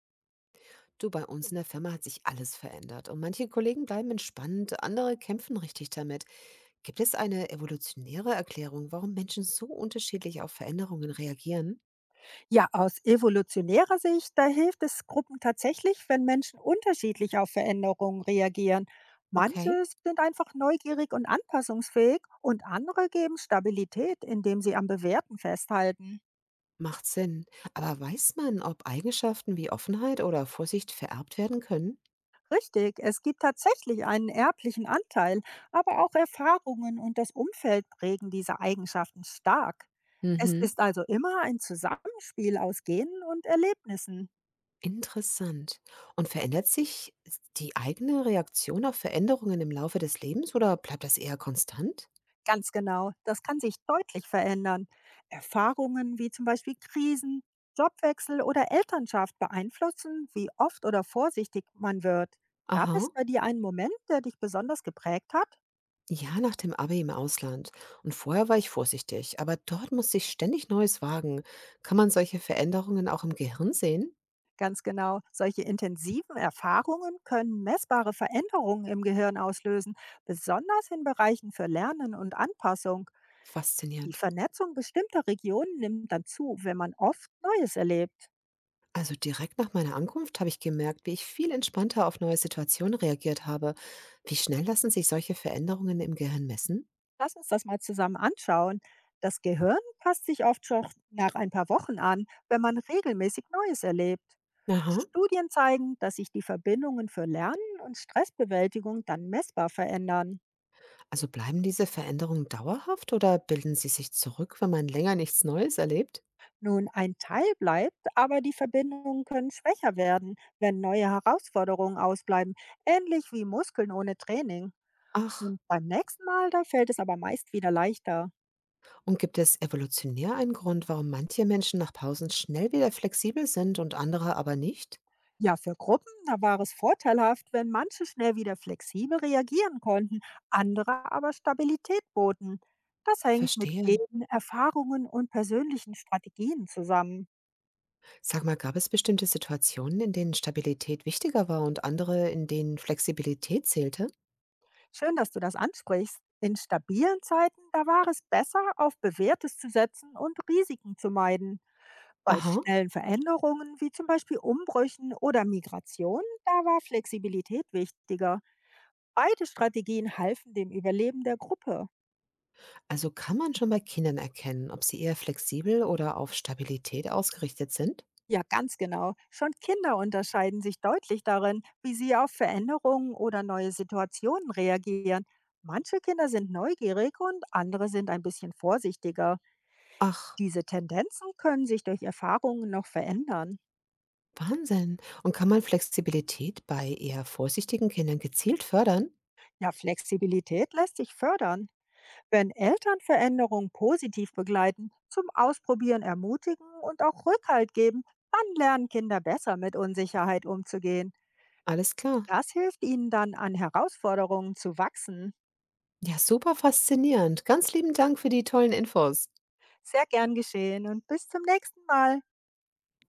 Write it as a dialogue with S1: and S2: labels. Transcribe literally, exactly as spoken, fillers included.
S1: Du, bei uns in der Firma hat sich alles verändert und manche Kollegen bleiben entspannt, andere kämpfen richtig damit. Gibt es eine evolutionäre Erklärung, warum Menschen so unterschiedlich auf Veränderungen reagieren?
S2: Ja, aus evolutionärer Sicht, da hilft es Gruppen tatsächlich, wenn Menschen unterschiedlich auf Veränderungen reagieren. Manche
S1: Okay,
S2: sind einfach neugierig und anpassungsfähig und andere geben Stabilität, indem sie am Bewährten festhalten.
S1: macht Sinn. Aber weiß man, ob Eigenschaften wie Offenheit oder Vorsicht vererbt werden können?
S2: Richtig, es gibt tatsächlich einen erblichen Anteil, aber auch Erfahrungen und das Umfeld prägen diese Eigenschaften stark. Es
S1: Mhm.
S2: ist also immer ein Zusammenspiel aus Genen und Erlebnissen.
S1: Interessant. Und verändert sich die eigene Reaktion auf Veränderungen im Laufe des Lebens oder bleibt das eher konstant?
S2: Ganz genau, das kann sich deutlich verändern. Erfahrungen wie zum Beispiel Krisen, Jobwechsel oder Elternschaft beeinflussen, wie oft oder vorsichtig man wird. Gab es
S1: Aha.
S2: bei dir einen Moment, der dich besonders geprägt hat?
S1: Ja, nach dem Abi im Ausland. Und vorher war ich vorsichtig, aber dort musste ich ständig Neues wagen. Kann man solche Veränderungen auch im Gehirn sehen?
S2: Ganz genau, solche intensiven Erfahrungen können messbare Veränderungen im Gehirn auslösen, besonders in Bereichen für Lernen und Anpassung. Die
S1: Faszinierend.
S2: Vernetzung bestimmter Regionen nimmt dann zu, wenn man oft Neues erlebt.
S1: Also direkt nach meiner Ankunft habe ich gemerkt, wie ich viel entspannter auf neue Situationen reagiert habe. Wie schnell lassen sich solche Veränderungen im Gehirn messen?
S2: Lass uns das mal zusammen anschauen. Das Gehirn passt sich oft schon nach ein paar Wochen an, wenn man regelmäßig Neues erlebt.
S1: Aha.
S2: Studien zeigen, dass sich die Verbindungen für Lernen und Stressbewältigung dann messbar verändern.
S1: Also bleiben diese Veränderungen dauerhaft oder bilden sie sich zurück, wenn man länger nichts Neues erlebt?
S2: Nun, ein Teil bleibt, aber die Verbindungen können schwächer werden, wenn neue Herausforderungen ausbleiben, ähnlich wie Muskeln ohne Training.
S1: Ach.
S2: Und beim nächsten Mal, da fällt es aber meist wieder leichter.
S1: Und gibt es evolutionär einen Grund, warum manche Menschen nach Pausen schnell wieder flexibel sind und andere aber nicht?
S2: Ja, für Gruppen, da war es vorteilhaft, wenn manche schnell wieder flexibel reagieren konnten, andere aber Stabilität boten. Das hängt mit
S1: Verstehe.
S2: Genen, Erfahrungen und persönlichen Strategien zusammen.
S1: Sag mal, gab es bestimmte Situationen, in denen Stabilität wichtiger war und andere, in denen Flexibilität zählte?
S2: Schön, dass du das ansprichst. In stabilen Zeiten, da war es besser, auf Bewährtes zu setzen und Risiken zu meiden. Bei
S1: Aha,
S2: schnellen Veränderungen, wie zum Beispiel Umbrüchen oder Migration, da war Flexibilität wichtiger. Beide Strategien halfen dem Überleben der Gruppe.
S1: also kann man schon bei Kindern erkennen, ob sie eher flexibel oder auf Stabilität ausgerichtet sind?
S2: Ja, ganz genau. Schon Kinder unterscheiden sich deutlich darin, wie sie auf Veränderungen oder neue Situationen reagieren. Manche Kinder sind neugierig und andere sind ein bisschen vorsichtiger.
S1: Ach,
S2: Diese Tendenzen können sich durch Erfahrungen noch verändern.
S1: Wahnsinn. Und kann man Flexibilität bei eher vorsichtigen Kindern gezielt fördern?
S2: Ja, Flexibilität lässt sich fördern, wenn Eltern Veränderungen positiv begleiten, zum Ausprobieren ermutigen und auch Rückhalt geben. Dann lernen Kinder besser mit Unsicherheit umzugehen.
S1: Alles klar.
S2: Das hilft ihnen dann, an Herausforderungen zu wachsen.
S1: Ja, super faszinierend. Ganz lieben Dank für die tollen Infos.
S2: Sehr gern geschehen und bis zum nächsten Mal.